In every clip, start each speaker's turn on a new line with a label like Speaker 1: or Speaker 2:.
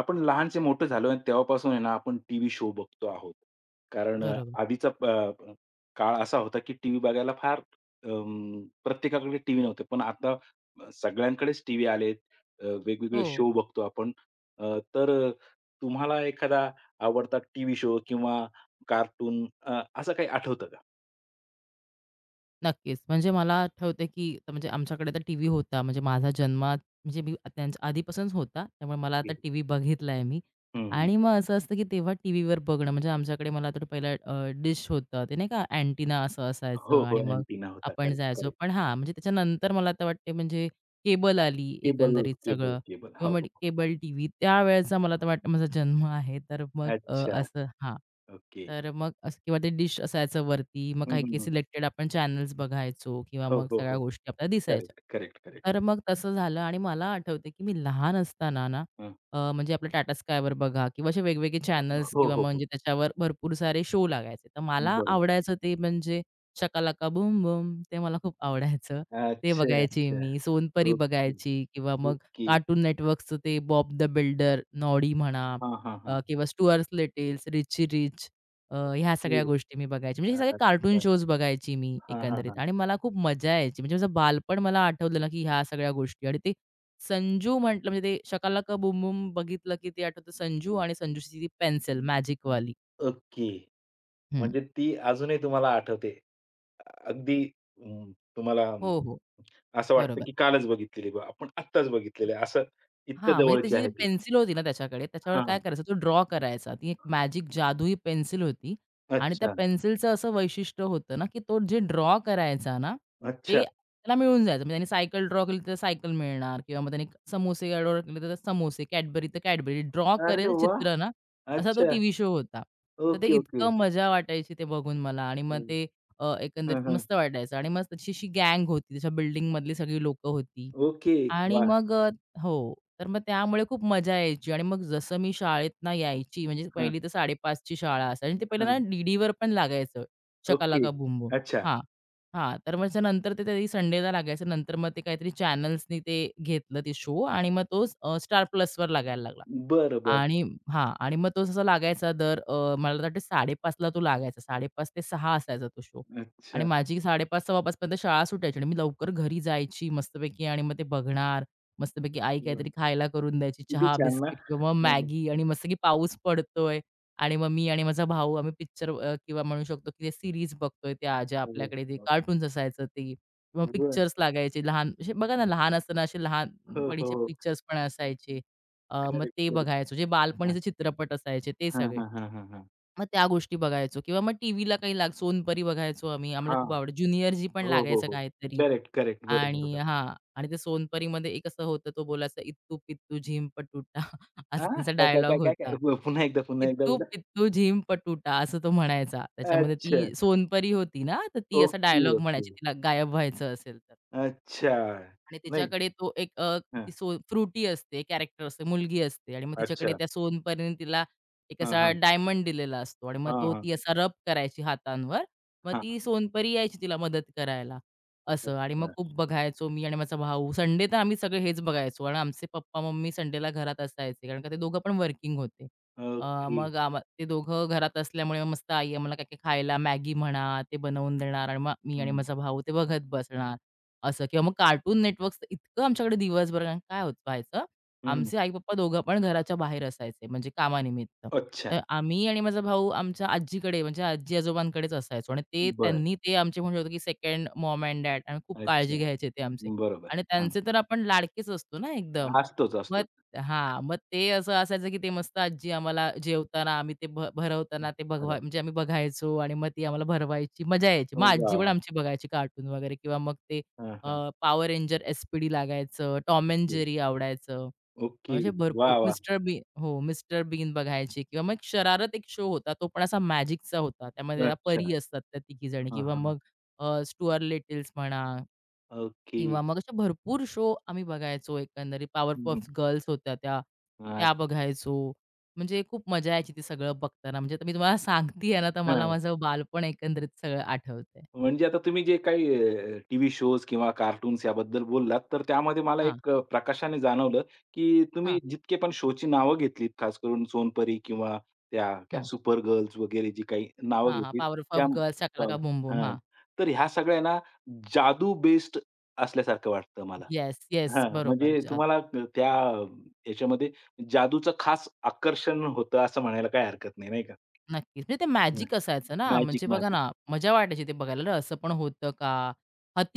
Speaker 1: आपण लहानचे मोठे झालोय आणि तेव्हापासून आहे ना, आपण टीव्ही शो बघतो आहोत. कारण
Speaker 2: बरोबर.
Speaker 1: आधीचा काळ असा होता, की टीव्ही बघायला फार प्रत्येकाकडे टीव्ही नव्हते. पण आता सगळ्यांकडेच टीव्ही आलेत. वेगवेगळे
Speaker 2: हो,
Speaker 1: शो बघतो आपण. तर तुम्हाला एखादा आवडता टीव्ही शो किंवा कार्टून असं काही आठवतं का?
Speaker 2: नक्कीच. म्हणजे मला आठवतंय, की म्हणजे आमच्याकडे तर टीव्ही होता. म्हणजे माझा जन्मात म्हणजे मी त्यांच्या आधीपासूनच होता. त्यामुळे मला आता टीव्ही बघितलाय मी
Speaker 1: हं, हं.
Speaker 2: आणि मग असं असतं, की तेव्हा टीव्हीवर बघणं म्हणजे आमच्याकडे मला तर पहिलं डिश होतं. ते नाही का अँटिना असं
Speaker 1: हो,
Speaker 2: असायचं
Speaker 1: हो.
Speaker 2: आणि मग
Speaker 1: अँटिना होता.
Speaker 2: आपण
Speaker 1: करेक्ट,
Speaker 2: जायचो.
Speaker 1: करेक्ट.
Speaker 2: पण हां, म्हणजे त्याच्यानंतर मला आता वाटते म्हणजे केबल आली
Speaker 1: केबल,
Speaker 2: एकंदरीत
Speaker 1: केबल,
Speaker 2: सगळं.
Speaker 1: केबल.
Speaker 2: किंवा
Speaker 1: हो,
Speaker 2: मग
Speaker 1: हो.
Speaker 2: केबल टीव्ही त्यावेळेचा मला तर वाटतं माझा जन्म आहे. तर मग
Speaker 1: अच्छा.
Speaker 2: असं हां.
Speaker 1: ओके.
Speaker 2: तर मग असं किंवा ते डिश असायचं वरती. मग
Speaker 1: हं, हं,
Speaker 2: काही-काही
Speaker 1: हं.
Speaker 2: सिलेक्टेड आपण चॅनल्स बघायचो किंवा
Speaker 1: हो,
Speaker 2: मग
Speaker 1: हो,
Speaker 2: सगळ्या
Speaker 1: हो.
Speaker 2: गोष्टी आपल्याला दिसायच्या.
Speaker 1: Correct, correct, correct.
Speaker 2: तर मग तसं झालं आणि मला आठवते की मी लहान असताना ना
Speaker 1: हं.
Speaker 2: म्हणजे आपलं टाटा स्कायवर बघा किंवा असे वेगवेगळे चॅनल्स
Speaker 1: हो,
Speaker 2: किंवा
Speaker 1: हो,
Speaker 2: म्हणजे
Speaker 1: हो.
Speaker 2: त्याच्यावर भरपूर सारे शो लागायचे. तर मला
Speaker 1: बरोबर.
Speaker 2: आवडायचं ते म्हणजे शकालाका बूम बूम ते मला खूप आवडायचं. ते
Speaker 1: अच्छा,
Speaker 2: बघायची
Speaker 1: अच्छा.
Speaker 2: मी. सोनपरी
Speaker 1: ओके,
Speaker 2: बघायची किंवा मग
Speaker 1: ओके.
Speaker 2: कार्टून नेटवर्क्सचं ते बॉब द बिल्डर, नॉडी म्हणा,
Speaker 1: हां, हां, हां.
Speaker 2: किंवा स्टुअर्स लिटिल्स, रिची रिच, ह्या सगळ्या
Speaker 1: ओके.
Speaker 2: गोष्टी मी बघायची. म्हणजे हे सगळे कार्टून
Speaker 1: अच्छा.
Speaker 2: शोज बघायची मी
Speaker 1: हां, हां,
Speaker 2: एकंदरीत
Speaker 1: हां.
Speaker 2: आणि मला खूप मजा यायची. म्हणजे माझं बालपण मला आठवलं ना, की ह्या सगळ्या गोष्टी आणि ते संजू म्हटलं म्हणजे ते शकालाका बूम बूम बघितलं, की ते आठवतं संजू आणि संजूची ती पेन्सिल मॅजिकवाली.
Speaker 1: ओके.
Speaker 2: हं.
Speaker 1: म्हणजे ती अजूनही तुम्हाला आठवते. अगदी तुम्हाला
Speaker 2: हो, हो.
Speaker 1: असं वाटतं
Speaker 2: बरोबर.
Speaker 1: की कालच बघितलेली आपण आत्ताच बघितलेली आहे. असं इतकं
Speaker 2: हां, म्हणजे
Speaker 1: जवळची
Speaker 2: त्याची जी
Speaker 1: आहे ती.
Speaker 2: पेन्सिल होती ना त्याच्याकडे, त्याच्यावर काय
Speaker 1: हां.
Speaker 2: करायचं तो ड्रॉ करायचा. ती एक मॅजिक जादुई पेन्सिल होती आणि त्या
Speaker 1: अच्छा,
Speaker 2: पेन्सिलचं असं वैशिष्ट्य होतं ना, की तो जे ड्रॉ करायचा ना, ते
Speaker 1: अच्छा.
Speaker 2: त्याला मिळून जायचं. म्हणजे त्याने सायकल ड्रॉ केली तर सायकल मिळणार किंवा मग त्याने समोसे ड्रॉ केले तर समोसे, कॅडबरी तर कॅडबरी. ड्रॉ
Speaker 1: अरे
Speaker 2: करेल
Speaker 1: वाह!
Speaker 2: चित्र ना, असा तो
Speaker 1: अच्छा.
Speaker 2: टीव्ही शो होता. तर ते
Speaker 1: ओके, ओके.
Speaker 2: इतकं मजा वाटायची ते बघून मला आणि मग ते
Speaker 1: हं,
Speaker 2: एकंदरीत
Speaker 1: हं.
Speaker 2: मस्त वाटायचं आणि मग तशी अशी गँग होती. त्याच्या बिल्डिंगमधली सगळी लोकं होती
Speaker 1: ओके.
Speaker 2: आणि
Speaker 1: वाह!
Speaker 2: मग हो. तर मग त्यामुळे खूप मजा यायची आणि मग जसं मी शाळेतनं यायची, म्हणजे
Speaker 1: हं,
Speaker 2: पहिली तर 5:30 ची शाळा असायची आणि ते पहिलं ना
Speaker 1: हं.
Speaker 2: डी-डीवर पण लागायचं,
Speaker 1: ओके.
Speaker 2: शकालाका boom boom.
Speaker 1: अच्छा.
Speaker 2: हां, हां. तर मग त्याच्यानंतर ते तरी संडेला लागायचं. नंतर मग ते काहीतरी चॅनल्सनी ते घेतलं ते शो आणि मग तो Star लागायला लागला.
Speaker 1: बरं, बरं.
Speaker 2: आणि हां. आणि मग तो जसा लागायचा दर मला वाटतं 5:30ला तो लागायचा. 5:30 ते 6 असायचा तो शो. आणि
Speaker 1: अच्छा.
Speaker 2: माझी 5:30-6:15 पर्यंत शाळा सुटायची आणि मी लवकर घरी जायची मस्तपैकी आणि मग ते बघणार. मस्तपैकी आई
Speaker 1: वाह!
Speaker 2: काहीतरी खायला करून द्यायची
Speaker 1: किती
Speaker 2: चहा,
Speaker 1: छान ना?
Speaker 2: बिस्किट किंवा मग
Speaker 1: हं,
Speaker 2: मॅगी आणि मस्त की पाऊस पडतोय आणि मग मी आणि माझा भाऊ आम्ही पिक्चर, किंवा म्हणू शकतो की ते सीरीज बघतोय त्या ज्या
Speaker 1: हो,
Speaker 2: आपल्याकडे ते
Speaker 1: हो.
Speaker 2: कार्टून्स असायचं ते किंवा
Speaker 1: बरं.
Speaker 2: पिक्चर्स लागायचे लहान. असे बघा ना लहान असताना असे
Speaker 1: हो, हो,
Speaker 2: लहानपणीचे
Speaker 1: हो.
Speaker 2: पिक्चर्स पण असायचे. मग
Speaker 1: करेक्ट,
Speaker 2: ते
Speaker 1: करेक्ट.
Speaker 2: बघायचो. जे
Speaker 1: हां.
Speaker 2: बालपणीचे चित्रपट असायचे ते
Speaker 1: हां,
Speaker 2: सगळे.
Speaker 1: हां, हां, हां, हां.
Speaker 2: मग त्या गोष्टी बघायचो किंवा मग टीव्हीला काही सोनपरी बघायचो आम्ही. आम्हाला
Speaker 1: हां.
Speaker 2: खूप आवडायचं. ज्युनियरजी पण
Speaker 1: हो, हो,
Speaker 2: लागायचं
Speaker 1: हो.
Speaker 2: काहीतरी
Speaker 1: करेक्ट, करेक्ट. बरोबर,
Speaker 2: आणि
Speaker 1: बरोबर.
Speaker 2: हां. आणि ते सोनपरीमध्ये एक असं होतं तो बोलायचा "इत्तू पित्तू झिम पटुटा" असा
Speaker 1: हां,
Speaker 2: त्यांचा
Speaker 1: काय, काय,
Speaker 2: डायलॉग
Speaker 1: काय, काय, काय?
Speaker 2: होता.
Speaker 1: पुन्हा एकदा, पुन्हा एकदा
Speaker 2: "इत्तू
Speaker 1: बोला.
Speaker 2: पित्तू झिम पटुटा" असं तो म्हणायचा. त्याच्यामध्ये
Speaker 1: अच्छा.
Speaker 2: ती सोनपरी होती ना, तर ती असा
Speaker 1: ओके,
Speaker 2: डायलॉग
Speaker 1: ओके.
Speaker 2: म्हणायची तिला गायब व्हायचं असेल तर.
Speaker 1: अच्छा.
Speaker 2: आणि
Speaker 1: नाही
Speaker 2: तिच्याकडे तो एक ती
Speaker 1: हां.
Speaker 2: सो फ्रुटी असते, कॅरेक्टर असते, मुलगी असते आणि मग तिच्याकडे
Speaker 1: अच्छा.
Speaker 2: त्या सोनपरीने तिला एक
Speaker 1: हां,
Speaker 2: असा
Speaker 1: हां.
Speaker 2: डायमंड दिलेला असतो आणि मग
Speaker 1: हां,
Speaker 2: तो
Speaker 1: हां.
Speaker 2: ती असा रब करायची हातांवर. मग
Speaker 1: हां.
Speaker 2: ती सोनपरी यायची तिला मदत करायला, असं. आणि मग
Speaker 1: अच्छा.
Speaker 2: खूप बघायचो मी आणि माझा भाऊ. संडे तर आम्ही सगळे हेच बघायचो आणि आमचे पप्पा-मम्मी संडेला घरात असायचे कारण का ते दोघं पण वर्किंग होते. Uh,
Speaker 1: okay.
Speaker 2: मग आम्हा ते दोघं घरात असल्यामुळे मग मस्त आई आम्हाला काय-काय खायला मॅगी म्हणा, ते बनवून देणार आणि मग मी आणि
Speaker 1: हं,
Speaker 2: माझा भाऊ ते बघत बसणार. असं किंवा मग कार्टून नेटवर्क्स इतकं आमच्याकडे दिवसभर कारण काय होत व्हायचं,
Speaker 1: हं.
Speaker 2: आमचे आई-पप्पा दोघं पण घराच्या बाहेर असायचे म्हणजे कामानिमित्त.
Speaker 1: अच्छा.
Speaker 2: तर आम्ही आणि माझा भाऊ आमच्या आजीकडे म्हणजे आजी-आजोबांकडेच असायचो आणि ते
Speaker 1: बरं.
Speaker 2: त्यांनी ते आमचे म्हणू शकतो की सेकंड मॉम एंड डॅड आणि खूप काळजी
Speaker 1: अच्छा.
Speaker 2: घ्यायचे ते आमचे
Speaker 1: बरोबर.
Speaker 2: आणि
Speaker 1: हां.
Speaker 2: त्यांचे तर आपण लाडकेच असतो ना एकदम.
Speaker 1: असतोच,
Speaker 2: मग
Speaker 1: असतोच.
Speaker 2: हां, मग ते असं असायचं की ते मस्त आजी आम्हाला जेवताना आम्ही ते
Speaker 1: हं,
Speaker 2: भरवताना ते बघवा
Speaker 1: खरं.
Speaker 2: म्हणजे आम्ही बघायचो आणि मग ती आम्हाला भरवायची, मजा यायची. मग
Speaker 1: वाह,
Speaker 2: आजी पण
Speaker 1: वाह!
Speaker 2: आमची बघायची कार्टून वगैरे किंवा मग ते
Speaker 1: हां, हां.
Speaker 2: पॉवर रेंजर एस पी लागायचं, टॉम एंड
Speaker 1: ओके.
Speaker 2: जेरी आवडायचं.
Speaker 1: ओके.
Speaker 2: असे भरपूर
Speaker 1: वाह, वाह!
Speaker 2: मिस्टर बीन हो, मिस्टर बीन बघायचे किंवा मग एक शरारत एक शो होता, तो पण असा मॅजिकचा होता. त्यामध्ये त्या
Speaker 1: अच्छा.
Speaker 2: परी असतात त्या तिघीजणी
Speaker 1: हां,
Speaker 2: किंवा
Speaker 1: हां.
Speaker 2: मग स्टुअर्ट लिटल्स म्हणा
Speaker 1: ओके.
Speaker 2: किंवा मग असे भरपूर शो आम्ही बघायचो एकंदरीत.
Speaker 1: हं, हं.
Speaker 2: पॉवरपफ गर्ल्स होत्या त्या, त्या बघायचो. म्हणजे खूप मजा यायची ते सगळं बघताना. म्हणजे आता मी तुम्हाला सांगतीये ना, तर मला
Speaker 1: अच्छा.
Speaker 2: माझं बालपण एकंदरीत सगळं आठवतंय.
Speaker 1: म्हणजे आता तुम्ही जे काही टीव्ही शोज किंवा कार्टून्स याबद्दल बोललात, तर त्यामध्ये मला
Speaker 2: हां,
Speaker 1: एक प्रकाशाने जाणवलं, की तुम्ही
Speaker 2: हां.
Speaker 1: जितके पण शोची नावं घेतलीत, खास करून सोनपरी किंवा त्या क्या
Speaker 2: हं.
Speaker 1: सुपर गर्ल्स वगैरे जी काही नावं
Speaker 2: हां, हां.
Speaker 1: घेतलीत, त्या
Speaker 2: पॉवरपफ गर्ल्स, शाका
Speaker 1: प
Speaker 2: लाका बूम बूम.
Speaker 1: हां.
Speaker 2: हां.
Speaker 1: तर ह्या सगळ्या ना जादू बेस्ड असल्यासारखं वाटतं मला.
Speaker 2: Yes, yes.
Speaker 1: हां,
Speaker 2: बरोबर.
Speaker 1: म्हणजे
Speaker 2: जादू.
Speaker 1: तुम्हाला त्या याच्यामध्ये जादूचं खास आकर्षण होतं असं म्हणायला काही हरकत नाही, नाही का?
Speaker 2: नक्कीच. म्हणजे ते
Speaker 1: हं,
Speaker 2: मॅजिक असायचं ना,
Speaker 1: मॅजिक,
Speaker 2: म्हणजे बघा
Speaker 1: मॅजिक.
Speaker 2: ना, मजा वाटायची ते बघायला. "अरे, असं पण होतं का?"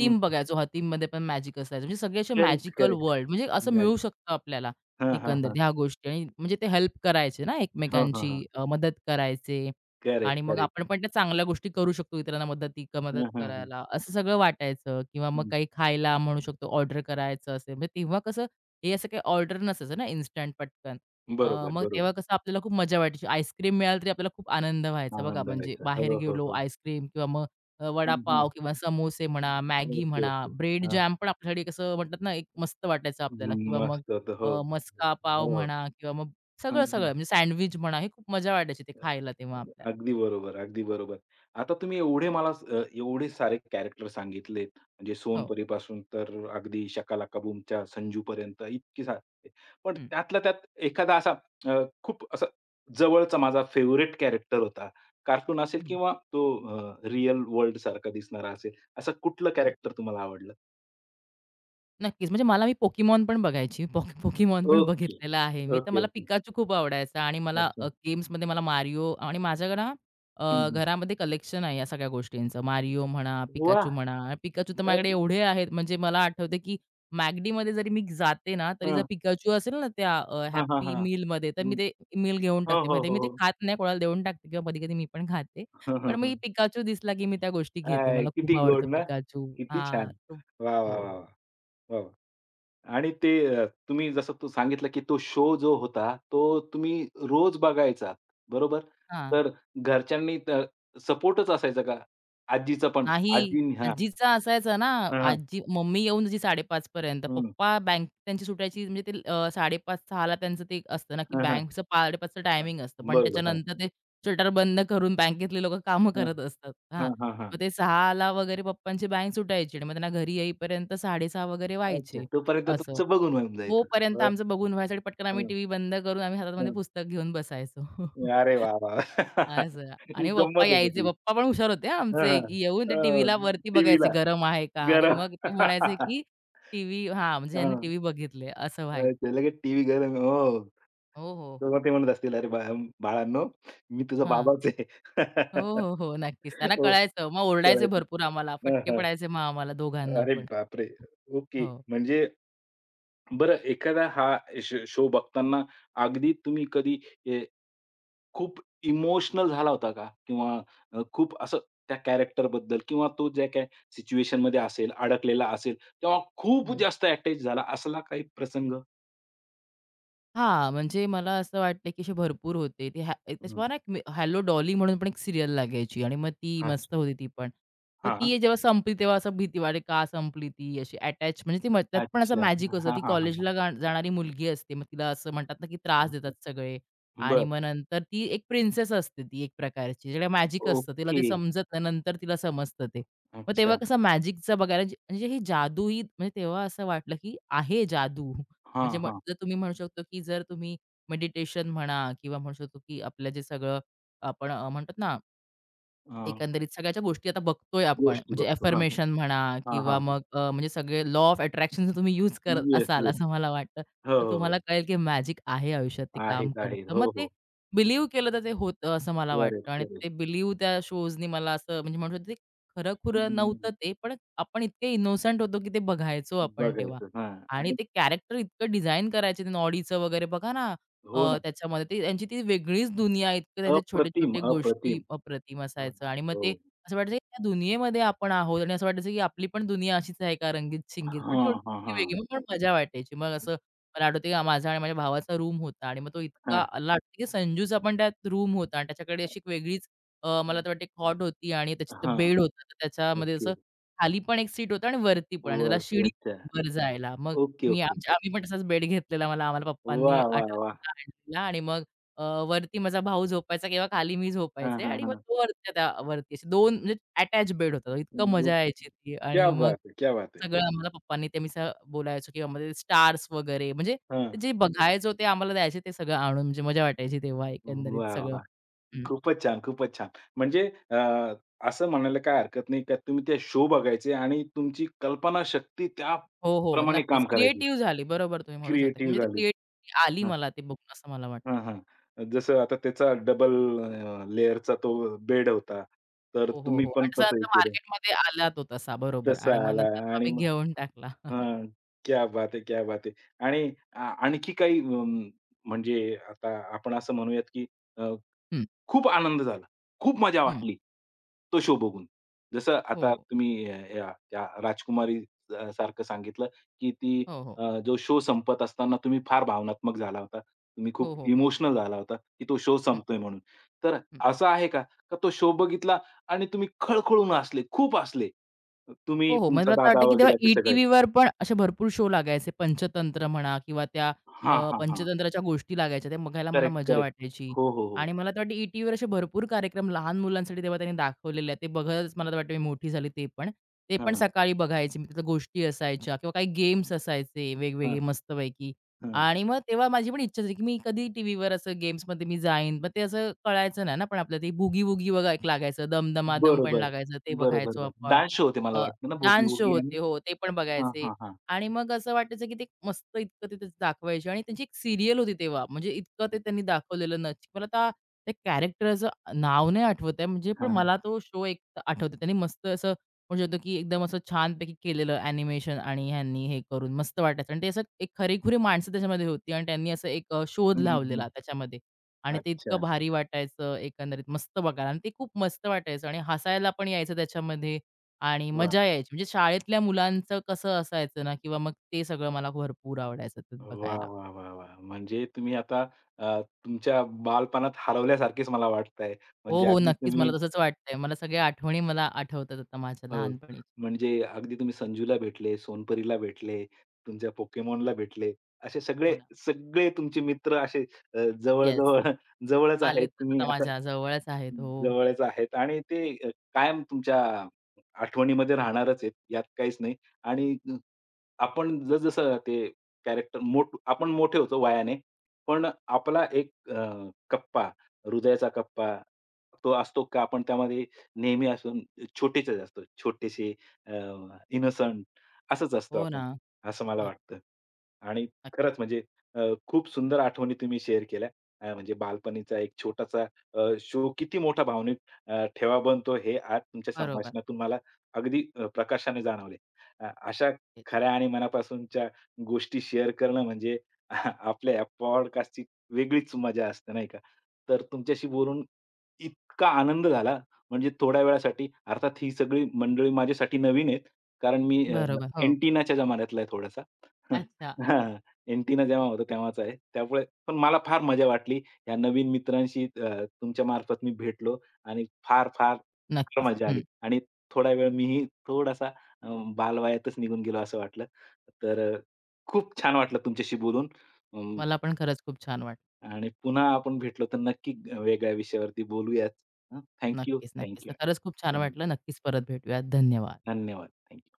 Speaker 1: हं, हं.
Speaker 2: बघायचो, हतीममध्ये पण मॅजिक असायचं. म्हणजे सगळे असे
Speaker 1: करेक्ट,
Speaker 2: मॅजिकल
Speaker 1: करेक्ट.
Speaker 2: वर्ल्ड म्हणजे असं मिळू
Speaker 1: मॅजिक.
Speaker 2: शकतं आपल्याला
Speaker 1: हां, हां,
Speaker 2: एकंदरीत
Speaker 1: हां.
Speaker 2: ह्या गोष्टी आणि म्हणजे ते हेल्प करायचे ना
Speaker 1: हो, हो,
Speaker 2: एकमेकांची,
Speaker 1: हो.
Speaker 2: मदत करायचे
Speaker 1: करेक्ट,
Speaker 2: आणि मग आपण
Speaker 1: करेक्ट.
Speaker 2: पण त्या चांगल्या गोष्टी करू शकतो इतरांना मदत
Speaker 1: हं, हं, हं.
Speaker 2: करायला, असं सगळं वाटायचं किंवा मग
Speaker 1: हं.
Speaker 2: काही खायला म्हणू शकतो ऑर्डर करायचं असेल, म्हणजे तेव्हा कसं हे असं काही ऑर्डर नसायचं ना इन्स्टंट पटकन.
Speaker 1: बरोबर,
Speaker 2: मग
Speaker 1: बरोबर.
Speaker 2: तेव्हा कसं आपल्याला खूप मजा वाटायची. आईस्क्रीम मिळाली तरी आपल्याला खूप आनंद व्हायचा बघा.
Speaker 1: आनंद
Speaker 2: म्हणजे
Speaker 1: व्हायचा.
Speaker 2: बाहेर
Speaker 1: हो, हो,
Speaker 2: गेलो
Speaker 1: हो.
Speaker 2: आईस्क्रीम किंवा मग
Speaker 1: हं, हं.
Speaker 2: वडापाव किंवा समोसे म्हणा, मॅगी
Speaker 1: ओके,
Speaker 2: म्हणा,
Speaker 1: ओके.
Speaker 2: ब्रेड
Speaker 1: हां.
Speaker 2: जॅम पण आपल्यासाठी कसं म्हणतात ना, एक मस्त वाटायचं आपल्याला किंवा मग
Speaker 1: मस्त होतं. हो.
Speaker 2: मस्का पाव
Speaker 1: हो, हो.
Speaker 2: म्हणा किंवा मग
Speaker 1: हं, हं.
Speaker 2: सगळं-सगळं म्हणजे सँडविच म्हणा, हे खूप मजा वाटायची ते खायला तेव्हा आपल्याला.
Speaker 1: अगदी बरोबर, अगदी बरोबर. आता तुम्ही एवढे मला एवढे सारे कॅरेक्टर सांगितलेत, म्हणजे
Speaker 2: हो.
Speaker 1: सोनपरीपासून तर अगदी शकालाकाबूमच्या संजूपर्यंत इतकी सारे. पण
Speaker 2: हं,
Speaker 1: त्यातल्या त्यात एखादा असा खूप असा जवळचा माझा फेव्हरेट कॅरेक्टर होता. कार्टून असेल
Speaker 2: हं,
Speaker 1: किंवा तो रिअल वर्ल्ड सारखा दिसणारा असेल, असं कुठलं
Speaker 2: हं.
Speaker 1: कॅरेक्टर तुम्हाला आवडलं?
Speaker 2: नक्कीच. म्हणजे मला मी Pokémon पण बघायची. Pokémon पण
Speaker 1: ओके.
Speaker 2: बघितलेला आहे मी. तर
Speaker 1: ओके,
Speaker 2: मला
Speaker 1: ओके.
Speaker 2: Pikachu खूप आवडायचा आणि मला
Speaker 1: अच्छा.
Speaker 2: गेम्समध्ये मला Mario आणि माझ्याकडे ना
Speaker 1: हं, हं.
Speaker 2: घरामध्ये कलेक्शन आहे या सगळ्या गोष्टींचं. Mario म्हणा,
Speaker 1: वाह!
Speaker 2: Pikachu म्हणा. Pikachu तर
Speaker 1: तर
Speaker 2: माझ्याकडे एवढे आहेत म्हणजे मला आठवते, की McDमध्ये जरी मी जाते ना, तरी जर
Speaker 1: हां.
Speaker 2: Pikachu असेल ना त्या
Speaker 1: हां, हां,
Speaker 2: हॅपी
Speaker 1: हां.
Speaker 2: मीलमध्ये, तर मी
Speaker 1: हं.
Speaker 2: ते मील घेऊन
Speaker 1: हो,
Speaker 2: टाकते.
Speaker 1: हो,
Speaker 2: म्हणजे मी
Speaker 1: हो,
Speaker 2: ते
Speaker 1: हो.
Speaker 2: खात नाही, कोणाला देऊन टाकते किंवा कधी-कधी मी पण खाते. पण मी Pikachu दिसला, की मी त्या गोष्टी घेते.
Speaker 1: आय,
Speaker 2: मला खूप
Speaker 1: किती
Speaker 2: आवडतं
Speaker 1: गोड ना?
Speaker 2: Pikachu.
Speaker 1: किती
Speaker 2: हां.
Speaker 1: छान.
Speaker 2: तो
Speaker 1: वाह, वाह,
Speaker 2: हो,
Speaker 1: वाह,
Speaker 2: हो.
Speaker 1: वाह! वाह, वाह! आणि ते तुम्ही जसं तू सांगितलं, की तो शो जो होता, तो तुम्ही रोज बघायचात, बरोबर?
Speaker 2: हां.
Speaker 1: तर घरच्यांनी तर सपोर्टच असायचा का? आजीचा पण?
Speaker 2: नाही.
Speaker 1: आजी हां,
Speaker 2: आजीचा असायचा ना,
Speaker 1: हां, हां.
Speaker 2: आजी मम्मी येऊन जायची 5:30 पर्यंत.
Speaker 1: हं.
Speaker 2: पप्पा बँक त्यांची सुटायची म्हणजे ते 5:30-6 त्यांचं ते असतं ना, की
Speaker 1: हां, हां.
Speaker 2: बँकचं 5:30चं
Speaker 1: हां.
Speaker 2: टायमिंग असतं. पण
Speaker 1: बरोबर. हां,
Speaker 2: त्याच्यानंतर ते शटर बंद करून बँकेतले लोकं कामं
Speaker 1: हां.
Speaker 2: करत असतात.
Speaker 1: हां,
Speaker 2: हां.
Speaker 1: हां, हां.
Speaker 2: मग ते 6 वगैरे पप्पांची बँक सुटायची आणि मग त्यांना घरी येईपर्यंत 6:30 वगैरे
Speaker 1: अच्छा.
Speaker 2: व्हायचे
Speaker 1: तोपर्यंत
Speaker 2: असं.
Speaker 1: तुमचं बघून होऊन जायचं.
Speaker 2: तोपर्यंत
Speaker 1: हं,
Speaker 2: आमचं बघून व्हायसाठी पटकन आम्ही
Speaker 1: हं,
Speaker 2: टीव्ही बंद करून आम्ही हातामध्ये
Speaker 1: हं.
Speaker 2: पुस्तक घेऊन बसायचो.
Speaker 1: अरे वाह, वाह!
Speaker 2: असं. आणि पप्पा
Speaker 1: गंमतच
Speaker 2: यायचे.
Speaker 1: होती.
Speaker 2: पप्पा पण हुशार होते हां आमचे, की येऊन ते टीव्हीला वरती बघायचे
Speaker 1: टीव्हीला
Speaker 2: गरम आहे का? आणि
Speaker 1: गरम.
Speaker 2: मग ते म्हणायचे, की टीव्ही हां, म्हणजे ह्यांनी
Speaker 1: हां.
Speaker 2: टीव्ही बघितले असं व्हायचं.
Speaker 1: अच्छा, लगेच टीव्ही गरम हो.
Speaker 2: हो, हो, हो.
Speaker 1: तेव्हा ते म्हणत असतील, "अरे बा बाळांनो, मी तुझा
Speaker 2: हां.
Speaker 1: बाबाच आहे."
Speaker 2: हो, हो, हो. नक्कीच. त्यांना
Speaker 1: हो,
Speaker 2: कळायचं. मग ओरडायचे
Speaker 1: कळायचं.
Speaker 2: भरपूर आम्हाला.
Speaker 1: हां,
Speaker 2: फटके
Speaker 1: हां.
Speaker 2: पडायचे मग आम्हाला दोघांना
Speaker 1: अरे
Speaker 2: पण.
Speaker 1: बापरे! ओके.
Speaker 2: हो.
Speaker 1: म्हणजे बरं एखादा हा शो बघताना अगदी तुम्ही कधी ए, खूप इमोशनल झाला होता का? किंवा खूप असं त्या कॅरेक्टरबद्दल किंवा तो ज्या काही सिच्युएशनमध्ये असेल, अडकलेला असेल, तेव्हा खूप
Speaker 2: हं.
Speaker 1: जास्त अटॅच झाला असला काही प्रसंग?
Speaker 2: हा, म्हणजे मला असं वाटलं, की असे भरपूर होते. ते एक
Speaker 1: हं.
Speaker 2: त्याच्यावर ना, एक हॅलो डॉली म्हणून पण एक सीरियल लागायची आणि मग ती मस्त
Speaker 1: अच्छा.
Speaker 2: होती ती पण. मग
Speaker 1: हां.
Speaker 2: ती जेव्हा संपली तेव्हा असं भीती वाटते, का संपली ती अशी अटॅच म्हणजे ती त्यात पण असं
Speaker 1: अच्छा.
Speaker 2: मॅजिक असतं.
Speaker 1: हां,
Speaker 2: ती
Speaker 1: हां, हां, हां.
Speaker 2: कॉलेजला जाणारी मुलगी असते. मग तिला असं म्हणतात ना, की त्रास देतात
Speaker 1: अच्छा.
Speaker 2: सगळे आणि
Speaker 1: बरं.
Speaker 2: मग नंतर ती एक प्रिन्सेस असते ती एक प्रकारची. तिला मॅजिक असतं. तिला
Speaker 1: ओके.
Speaker 2: ते समजत नाही. नंतर तिला समजतं ते. मग तेव्हा
Speaker 1: अच्छा.
Speaker 2: कसं मॅजिकचं बघायला जे- म्हणजे ही जादू ही म्हणजे तेव्हा असं वाटलं, की आहे जादू. म्हणजे
Speaker 1: हां,
Speaker 2: मग
Speaker 1: हां.
Speaker 2: जर तुम्ही म्हणू शकतो, की जर तुम्ही मेडिटेशन म्हणा किंवा म्हणू शकतो, की आपलं जे सगळं आपण म्हणतात ना,
Speaker 1: अ,
Speaker 2: एकंदरीत सगळ्याच्या गोष्टी आता बघतोय आपण.
Speaker 1: गोष्टी
Speaker 2: म्हणजे
Speaker 1: बघतो. हां.
Speaker 2: अफर्मेशन म्हणा
Speaker 1: हां,
Speaker 2: किंवा
Speaker 1: हां.
Speaker 2: मग म्हणजे सगळे लॉ ऑफ अट्रॅक्शन जर तुम्ही यूज करत
Speaker 1: येस,
Speaker 2: असाल,
Speaker 1: येस.
Speaker 2: असं मला वाटतं.
Speaker 1: हो,
Speaker 2: तर
Speaker 1: हो,
Speaker 2: तुम्हाला
Speaker 1: हो.
Speaker 2: कळेल की मॅजिक आहे आयुष्यात, ते काम
Speaker 1: आहेत, आहेत.
Speaker 2: करतं. मग
Speaker 1: हो,
Speaker 2: ते
Speaker 1: हो.
Speaker 2: बिलीव्ह केलं तर ते होतं असं मला वाटतं
Speaker 1: करेक्ट,
Speaker 2: आणि ते
Speaker 1: करेक्ट.
Speaker 2: बिलीव्ह त्या शोजनी मला असं म्हणजे म्हणू शकतो ते खरं-खुरं
Speaker 1: हं.
Speaker 2: नव्हतं ते, पण आपण इतके इनोसंट होतो की ते बघायचो आपण तेव्हा
Speaker 1: बघायचं. हां.
Speaker 2: आणि
Speaker 1: आणि
Speaker 2: ते कॅरेक्टर इतकं डिझाइन करायचे ते नॉडीचं वगैरे बघा ना,
Speaker 1: हो ना.
Speaker 2: त्याच्यामध्ये ती त्यांची ती वेगळीच दुनिया इतकं त्यांच्या
Speaker 1: अप्रतिम,
Speaker 2: छोटे-छोटे गोष्टी
Speaker 1: अप्रतिम.
Speaker 2: अप्रतिम
Speaker 1: हो
Speaker 2: असायचं
Speaker 1: ना.
Speaker 2: आणि मग
Speaker 1: हो.
Speaker 2: ते असं वाटायचं की त्या दुनियेमध्ये आपण आहोत आणि असं वाटायचं की आपली पण दुनिया अशीच आहे का रंगीत-चिंगीत. पण
Speaker 1: हां,
Speaker 2: थोडीशी
Speaker 1: हां,
Speaker 2: आपली
Speaker 1: हां.
Speaker 2: वेगळी मग पण मजा वाटायची. मग असं मला आठवतं की माझा आणि माझ्या भावाचा रूम होता आणि मग तो इतका
Speaker 1: हां.
Speaker 2: मला वाटतं की संजूचा पण त्यात रूम होता आणि त्याच्याकडे अशी एक वेगळीच मला तर वाटते कॉट होती आणि त्याची
Speaker 1: हां.
Speaker 2: बेड होता. तर त्याच्यामध्ये असं
Speaker 1: ओके.
Speaker 2: खाली पण एक सीट होतं आणि वरती पण आणि त्याला
Speaker 1: वरती.
Speaker 2: शिडी
Speaker 1: अच्छा.
Speaker 2: वर जायला. मग
Speaker 1: ओके,
Speaker 2: मी
Speaker 1: ओके.
Speaker 2: आमच्या आम्ही पण तसाच बेड घेतलेला. मला आम्हाला पप्पांनी
Speaker 1: वाह, वाह, वाह!
Speaker 2: आठवणीनं आणलेला आणि मग अ, वरती माझा भाऊ झोपायचा किंवा खाली मी
Speaker 1: हां,
Speaker 2: झोपायचे
Speaker 1: हां,
Speaker 2: आणि मग
Speaker 1: हां.
Speaker 2: तो वरती त्या वरती असे 2 म्हणजे अटॅच बेड होता. इतकं मजा यायची ती आणि
Speaker 1: क्या
Speaker 2: मग
Speaker 1: बात है! क्या बात है!
Speaker 2: सगळं आम्हाला पप्पांनी ते मी असं बोलायचो किंवा मग ते स्टार्स वगैरे म्हणजे
Speaker 1: हां.
Speaker 2: ते जे बघायचो ते आम्हाला द्यायचे ते सगळं आणून. म्हणजे मजा वाटायची तेव्हा एकंदरीत
Speaker 1: वाह!
Speaker 2: सगळं.
Speaker 1: वाह!
Speaker 2: हं.
Speaker 1: खूपच छान, खूपच छान. म्हणजे अ, असं म्हणायला काही हरकत नाही का तुम्ही त्या शो बघायचे आणि तुमची कल्पनाशक्ती
Speaker 2: हो, हो.
Speaker 1: त्याप्रमाणे
Speaker 2: नक्कीच.
Speaker 1: काम करायची.
Speaker 2: क्रिएटिव्ह झाली. बरोबर तुम्ही म्हणू शकता. की
Speaker 1: क्रिएटिव्ह
Speaker 2: म्हणजे ते
Speaker 1: झाली.
Speaker 2: क्रिएटिव्हिटी आली
Speaker 1: हं,
Speaker 2: मला ते बघून असं मला वाटतं.
Speaker 1: हं, हं. जसं आता त्याचा डबल लेयरचा तो बेड होता. तर
Speaker 2: हो, हो,
Speaker 1: तुम्ही
Speaker 2: हो. आणि
Speaker 1: पण
Speaker 2: तसं
Speaker 1: तसं हे
Speaker 2: आता
Speaker 1: केलं.
Speaker 2: मार्केटमध्ये आला तो तसा बरोबर
Speaker 1: तसा
Speaker 2: आणि मग
Speaker 1: आला
Speaker 2: नंतर तो
Speaker 1: आणि
Speaker 2: आम्ही
Speaker 1: मग
Speaker 2: घेऊन टाकला.
Speaker 1: हं. क्या बात है! क्या बात है! आणि आणखी काही म्हणजे आता आपण असं म्हणूयात की
Speaker 2: हं,
Speaker 1: खूप आनंद झाला. खूप मजा
Speaker 2: हं.
Speaker 1: वाटली. तो शो बघून. जसं
Speaker 2: हो,
Speaker 1: आता
Speaker 2: हो.
Speaker 1: तुम्ही या त्या राजकुमारी सारखं सांगितलं, की ती
Speaker 2: हो, हो.
Speaker 1: जो शो संपत असताना तुम्ही फार भावनात्मक झाला होता. तुम्ही खूप
Speaker 2: हो, हो.
Speaker 1: इमोशनल झाला होता, की तो शो
Speaker 2: हं,
Speaker 1: संपतोय म्हणून. तर असं आहे का, का तो शो बघितला आणि तुम्ही खळखळून हसले, खूप हसले? तुम्ही,
Speaker 2: हो, हो.
Speaker 1: तुमचा
Speaker 2: मला तर
Speaker 1: दादा
Speaker 2: वाटतं, की तेव्हा
Speaker 1: वगैरे असे सगळे.
Speaker 2: ई-टीव्हीवर पण असे भरपूर शो लागायचे. पंचतंत्र म्हणा किंवा त्या
Speaker 1: हां, हां, हां.
Speaker 2: पंचतंत्राच्या गोष्टी लागायच्या. त्या बघायला मला
Speaker 1: करेक्ट,
Speaker 2: मजा
Speaker 1: करेक्ट.
Speaker 2: वाटायची.
Speaker 1: हो, हो,
Speaker 2: आणि
Speaker 1: हो.
Speaker 2: मला तर वाटतं ई-टीव्हीवर असे भरपूर कार्यक्रम लहान मुलांसाठी तेव्हा त्यांनी दाखवलेले आहेत. ते बघतच मला तर वाटतं मी मोठी झाली ते पण. ते पण
Speaker 1: हां,
Speaker 2: सकाळी बघायचे. मी तिथं गोष्टी असायच्या किंवा काही गेम्स असायचे वेगवेगळे
Speaker 1: हां,
Speaker 2: मस्तपैकी.
Speaker 1: हां.
Speaker 2: आणि मग तेव्हा माझी पण इच्छा झाली, की मी कधी टीव्हीवर असं गेम्समध्ये मी जाईन. मग ते असं कळायचं नाही ना, पण आपल्याला ते बूगी-वूगी बघा एक लागायचं. दमदमादम पण
Speaker 1: बरोबर.
Speaker 2: लागायचं. ते
Speaker 1: बरं, बरं,
Speaker 2: बघायचो
Speaker 1: बरं.
Speaker 2: आपण.
Speaker 1: डान्स शो होते मला
Speaker 2: अ,
Speaker 1: वाटतं ना
Speaker 2: डान्स शो
Speaker 1: बूगी-वूगी आणि
Speaker 2: होते. हो, ते पण
Speaker 1: हां,
Speaker 2: बघायचे
Speaker 1: हां, हां.
Speaker 2: आणि मग असं वाटायचं, की ते मस्त इतकं तिथे दाखवायचे आणि त्यांची एक सीरियल होती तेव्हा. म्हणजे इतकं ते त्यांनी दाखवलेलं नच मला आता त्या कॅरेक्टरचं नाव नाही आठवत आहे. म्हणजे पण
Speaker 1: हां, हां.
Speaker 2: मला तो शो एक आठवतो. त्यांनी मस्त असं म्हणू शकतो, की एकदम असं छानपैकी केलेलं ॲनिमेशन आणि ह्यांनी हे करून मस्त वाटायचं आणि ते असं एक खरीखुरी माणसं त्याच्यामध्ये होती आणि त्यांनी असं एक शोध
Speaker 1: हं, हं, हं.
Speaker 2: लावलेला त्याच्यामध्ये आणि ते इतकं
Speaker 1: अच्छा.
Speaker 2: भारी वाटायचं एकंदरीत मस्त बघायला आणि ते खूप मस्त वाटायचं आणि हसायला पण यायचं त्याच्यामध्ये आणि
Speaker 1: वाह!
Speaker 2: मजा यायची. म्हणजे शाळेतल्या मुलांचं कसं असायचं ना किंवा मग ते सगळं मला भरपूर आवडायचं ते
Speaker 1: वाह,
Speaker 2: बघायला.
Speaker 1: वाह, वाह, वाह! म्हणजे तुम्ही आता तुमच्या बालपणात हरवल्यासारखेच मला वाटतंय.
Speaker 2: हो,
Speaker 1: म्हणजे
Speaker 2: हो.
Speaker 1: अगदी
Speaker 2: नक्कीच
Speaker 1: तुम्ही
Speaker 2: मला तसंच वाटतंय. मला सगळ्या आठवणी मला आठवतात आता माझ्या
Speaker 1: हो.
Speaker 2: लहानपणीच्या.
Speaker 1: म्हणजे अगदी तुम्ही संजूला भेटले, सोनपरीला भेटले, तुमच्या Pokemonला भेटले. असे
Speaker 2: हो
Speaker 1: सगळे
Speaker 2: ना.
Speaker 1: सगळे तुमचे मित्र असे
Speaker 2: येस.
Speaker 1: जवळ-जवळ जवळच आहेत.
Speaker 2: आलेतच
Speaker 1: तुम्ही
Speaker 2: आता
Speaker 1: आता
Speaker 2: माझ्या जवळच आहेत. हो.
Speaker 1: जवळच आहेत आणि ते कायम तुमच्या आठवणीमध्ये राहणारच आहेत, यात काहीच नाही. आणि आपण जसं-जसं ते कॅरेक्टर आपण मोठे होतो वयाने, पण आपला एक कप्पा, हृदयाचा कप्पा तो असतो का आपण त्यामध्ये नेहमी असून छोटेच असतो. छोटेसे अ, इनोसंट असंच असतो
Speaker 2: हो ना.
Speaker 1: आपण, असं मला
Speaker 2: बरं.
Speaker 1: वाटतं. आणि
Speaker 2: नक्कीच.
Speaker 1: खरंच म्हणजे अ, खूप सुंदर आठवणी तुम्ही शेअर केल्या. म्हणजे बालपणीचा एक छोटासा शो किती मोठा भावनिक ठेवा बनतो हे आज तुमच्या
Speaker 2: बरोबर.
Speaker 1: संभाषणातून मला अगदी प्रकाशाने जाणवले. अशा
Speaker 2: तेच.
Speaker 1: खऱ्या आणि मनापासूनच्या गोष्टी शेअर करणं म्हणजे आपल्या या पॉडकास्टची वेगळीच मजा असते, नाही का? तर तुमच्याशी बोलून इतका आनंद झाला म्हणजे थोड्या वेळासाठी. अर्थात ही सगळी मंडळी माझ्यासाठी नवीन आहेत. कारण मी
Speaker 2: बरोबर. हो.
Speaker 1: अँटिनाच्या जमान्यातला आहे थोडासा.
Speaker 2: अच्छा, अच्छा.
Speaker 1: हां. अँटिना जेव्हा होता तेव्हाचा आहे. त्यामुळे पण मला फार मजा वाटली. या नवीन मित्रांशी तुमच्या मार्फत मी भेटलो आणि फार, फार, फार
Speaker 2: नक्कीच.
Speaker 1: मजा
Speaker 2: हं.
Speaker 1: आली आणि थोडा वेळ मीही थोडासा अ, बालवयातच निघून गेलो असं वाटलं. तर खूप छान वाटलं तुमच्याशी बोलून. अं
Speaker 2: मला पण खरंच खूप छान वाटलं.
Speaker 1: आणि पुन्हा आपण भेटलो तर नक्की वेगळ्या विषयावरती बोलूयात. हं. थँक यू,
Speaker 2: नक्कीच, नक्कीच.
Speaker 1: Thank you.
Speaker 2: तर खरंच खूप छान
Speaker 1: धन्य
Speaker 2: वाटलं. नक्कीच परत भेटूयात. धन्यवाद.
Speaker 1: धन्यवाद. Thank you.